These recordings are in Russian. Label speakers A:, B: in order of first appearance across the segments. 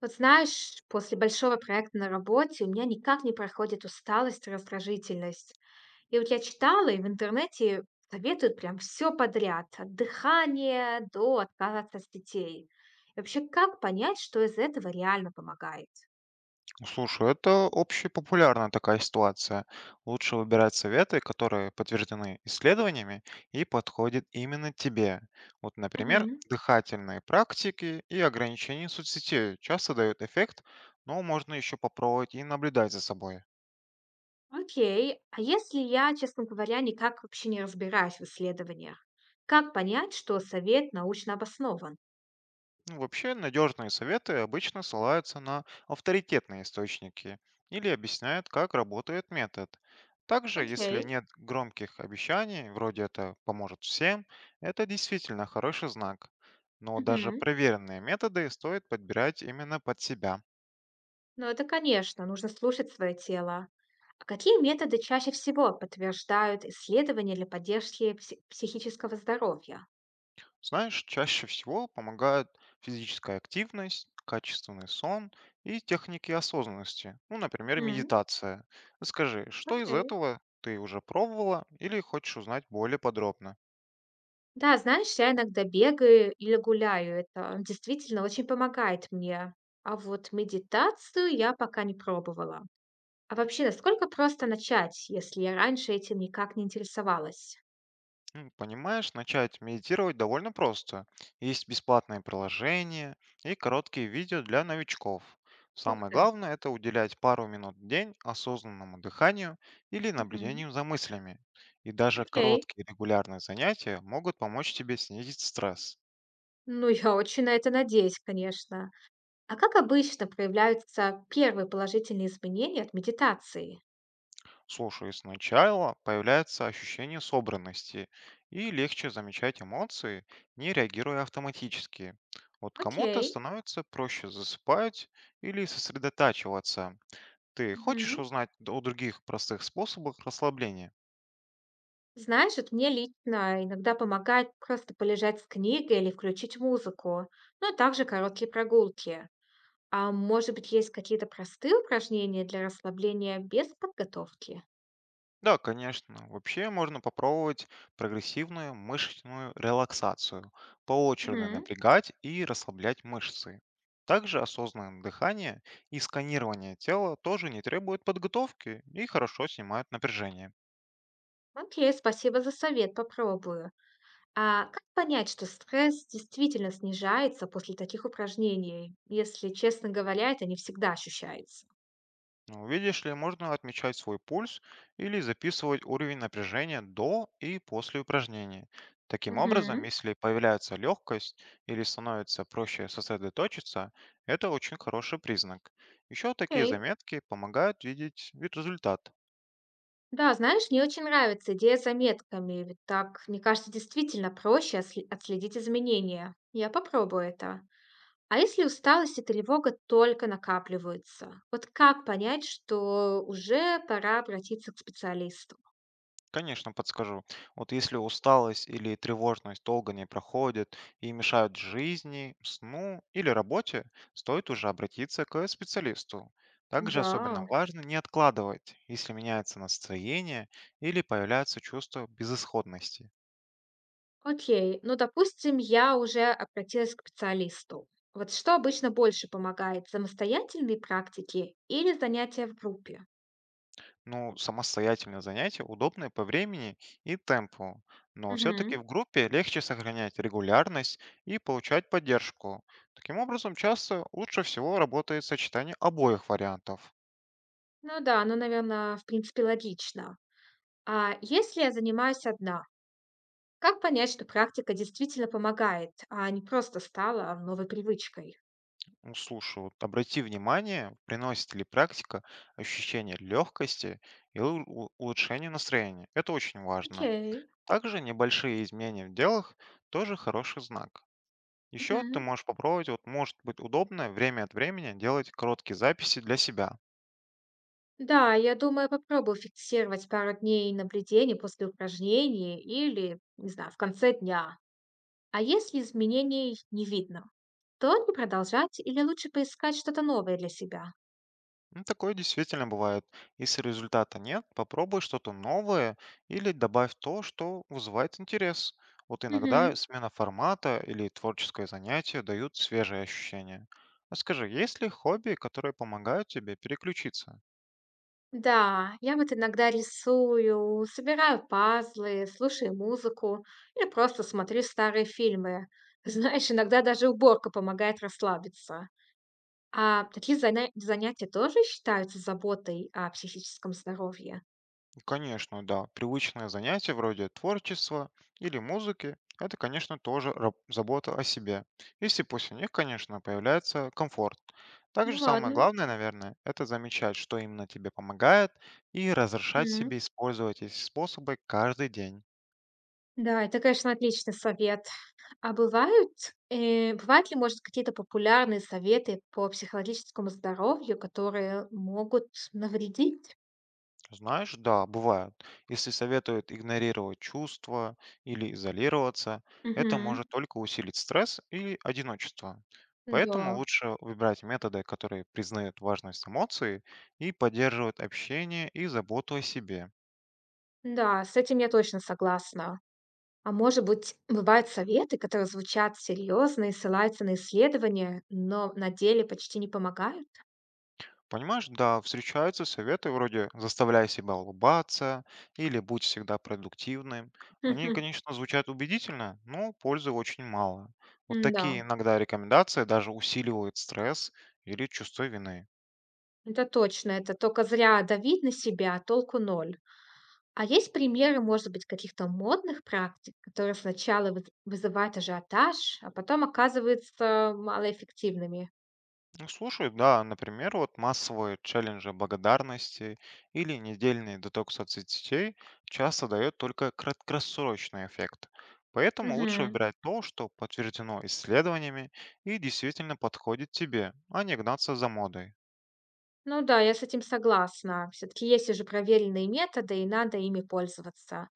A: Вот знаешь, после большого проекта на работе у меня никак не проходит усталость и раздражительность. И вот я читала, и в интернете советуют прям все подряд, от дыхания до отказа от соцсетей. И вообще, как понять, что из этого реально помогает?
B: Слушай, это общепопулярная такая ситуация. Лучше выбирать советы, которые подтверждены исследованиями и подходят именно тебе. Вот, например,
A: Мгм.
B: дыхательные практики и ограничения соцсетей часто дают эффект, но можно еще попробовать и наблюдать за собой.
A: Окей, а если я, честно говоря, никак вообще не разбираюсь в исследованиях, как понять, что совет научно обоснован?
B: Ну, вообще, надежные советы обычно ссылаются на авторитетные источники или объясняют, как работает метод. Также,
A: Окей.
B: если нет громких обещаний, вроде это поможет всем, это действительно хороший знак. Но даже
A: Мгм.
B: проверенные методы стоит подбирать именно под себя.
A: Ну, это, конечно, нужно слушать свое тело. А какие методы чаще всего подтверждают исследования для поддержки психического здоровья?
B: Знаешь, чаще всего помогают физическая активность, качественный сон и техники осознанности, ну, например,
A: М.
B: медитация. Скажи, что из
A: Окей.
B: этого ты уже пробовала или хочешь узнать более подробно?
A: Да, знаешь, я иногда бегаю или гуляю. Это действительно очень помогает мне. А вот медитацию я пока не пробовала. А вообще, насколько просто начать, если я раньше этим никак не интересовалась?
B: Понимаешь, начать медитировать довольно просто. Есть бесплатные приложения и короткие видео для новичков.
A: Ух
B: Самое
A: ты.
B: главное – это уделять пару минут в день осознанному дыханию или
A: Мгм.
B: наблюдению за мыслями. И даже
A: Окей.
B: короткие регулярные занятия могут помочь тебе снизить стресс.
A: Ну, я очень на это надеюсь, конечно. А как обычно проявляются первые положительные изменения от медитации?
B: Слушай, сначала появляется ощущение собранности и легче замечать эмоции, не реагируя автоматически. Вот кому-то
A: Окей.
B: становится проще засыпать или сосредотачиваться. Ты хочешь
A: Мгм.
B: узнать о других простых способах расслабления?
A: Знаешь, вот мне лично иногда помогает просто полежать с книгой или включить музыку, ну а также короткие прогулки. А может быть, есть какие-то простые упражнения для расслабления без подготовки?
B: Да, конечно. Вообще можно попробовать прогрессивную мышечную релаксацию, поочередно
A: Мгм.
B: напрягать и расслаблять мышцы. Также осознанное дыхание и сканирование тела тоже не требует подготовки и хорошо снимают напряжение.
A: Окей, спасибо за совет, попробую. А как понять, что стресс действительно снижается после таких упражнений? Если честно говоря, это не всегда ощущается.
B: Ну, видишь ли, можно отмечать свой пульс или записывать уровень напряжения до и после упражнения. Таким образом,
A: Мгм.
B: если появляется легкость или становится проще сосредоточиться, это очень хороший признак. Еще такие
A: Окей.
B: заметки помогают видеть вид результат.
A: Да, знаешь, мне очень нравится идея с заметками, ведь так, мне кажется, действительно проще отследить изменения. Я попробую это. А если усталость и тревога только накапливаются? Вот как понять, что уже пора обратиться к специалисту?
B: Конечно, подскажу. Вот если усталость или тревожность долго не проходит и мешают жизни, сну или работе, стоит уже обратиться к специалисту. Также
A: Да,
B: особенно важно не откладывать, если меняется настроение или появляется чувство безысходности.
A: окей. Ну, допустим, я уже обратилась к специалисту. Вот что обычно больше помогает, самостоятельные практики или занятия в группе?
B: Ну, самостоятельное занятие удобное по времени и темпу, но все-таки
A: Мгм.
B: в группе легче сохранять регулярность и получать поддержку. Таким образом, часто лучше всего работает сочетание обоих вариантов.
A: Ну да, ну, наверное, в принципе, логично. А если я занимаюсь одна, как понять, что практика действительно помогает, а не просто стала новой привычкой?
B: Ну, слушай, вот обрати внимание, приносит ли практика ощущение легкости и улучшение настроения. Это очень важно.
A: Окей.
B: Также небольшие изменения в делах тоже хороший знак. Еще ты
A: Мгм.
B: можешь попробовать, вот может быть удобно время от времени делать короткие записи для себя.
A: Да, я думаю, попробую фиксировать пару дней наблюдений после упражнений или, не знаю, в конце дня. А если изменений не видно, то не продолжать или лучше поискать что-то новое для себя?
B: Ну, такое действительно бывает. Если результата нет, попробуй что-то новое или добавь то, что вызывает интерес. Вот иногда
A: Мгм.
B: смена формата или творческое занятие дают свежие ощущения. А скажи, есть ли хобби, которые помогают тебе переключиться?
A: Да, я вот иногда рисую, собираю пазлы, слушаю музыку или просто смотрю старые фильмы. Знаешь, иногда даже уборка помогает расслабиться. А такие занятия тоже считаются заботой о психическом здоровье?
B: Ну, конечно, да. Привычное занятие вроде творчества или музыки – это, конечно, тоже забота о себе. Если после них, конечно, появляется комфорт.
A: Ну
B: Также самое
A: ладно.
B: главное, наверное, это замечать, что именно тебе помогает, и разрешать
A: Мгм.
B: себе использовать эти способы каждый день.
A: Да, это, конечно, отличный совет. А бывают, бывают ли, может, какие-то популярные советы по психологическому здоровью, которые могут навредить?
B: Знаешь, да, бывает. Если советуют игнорировать чувства или изолироваться, это
A: Угу.
B: может только усилить стресс и одиночество. Поэтому
A: Да.
B: лучше выбирать методы, которые признают важность эмоций и поддерживают общение и заботу о себе.
A: Да, с этим я точно согласна. А может быть, бывают советы, которые звучат серьезно и ссылаются на исследования, но на деле почти не помогают?
B: Понимаешь, да, встречаются советы вроде «заставляй себя улыбаться» или «будь всегда продуктивным». Они,
A: Мгм.
B: конечно, звучат убедительно, но пользы очень мало. Вот такие
A: Да,
B: иногда рекомендации даже усиливают стресс или чувство вины.
A: это точно. Это только зря давить на себя, а толку ноль. А есть примеры, может быть, каких-то модных практик, которые сначала вызывают ажиотаж, а потом оказываются малоэффективными?
B: Ну, слушай, да, например, вот массовые челленджи благодарности или недельный деток соцсетей часто дает только краткосрочный эффект. Поэтому лучше выбирать то, что подтверждено исследованиями и действительно подходит тебе, а не гнаться за модой.
A: Ну да, я с этим согласна. Все-таки есть уже проверенные методы, и надо ими пользоваться.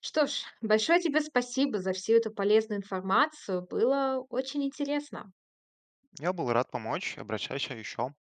A: Что ж, большое тебе спасибо за всю эту полезную информацию. Было очень интересно.
B: Я был рад помочь, обращайся еще.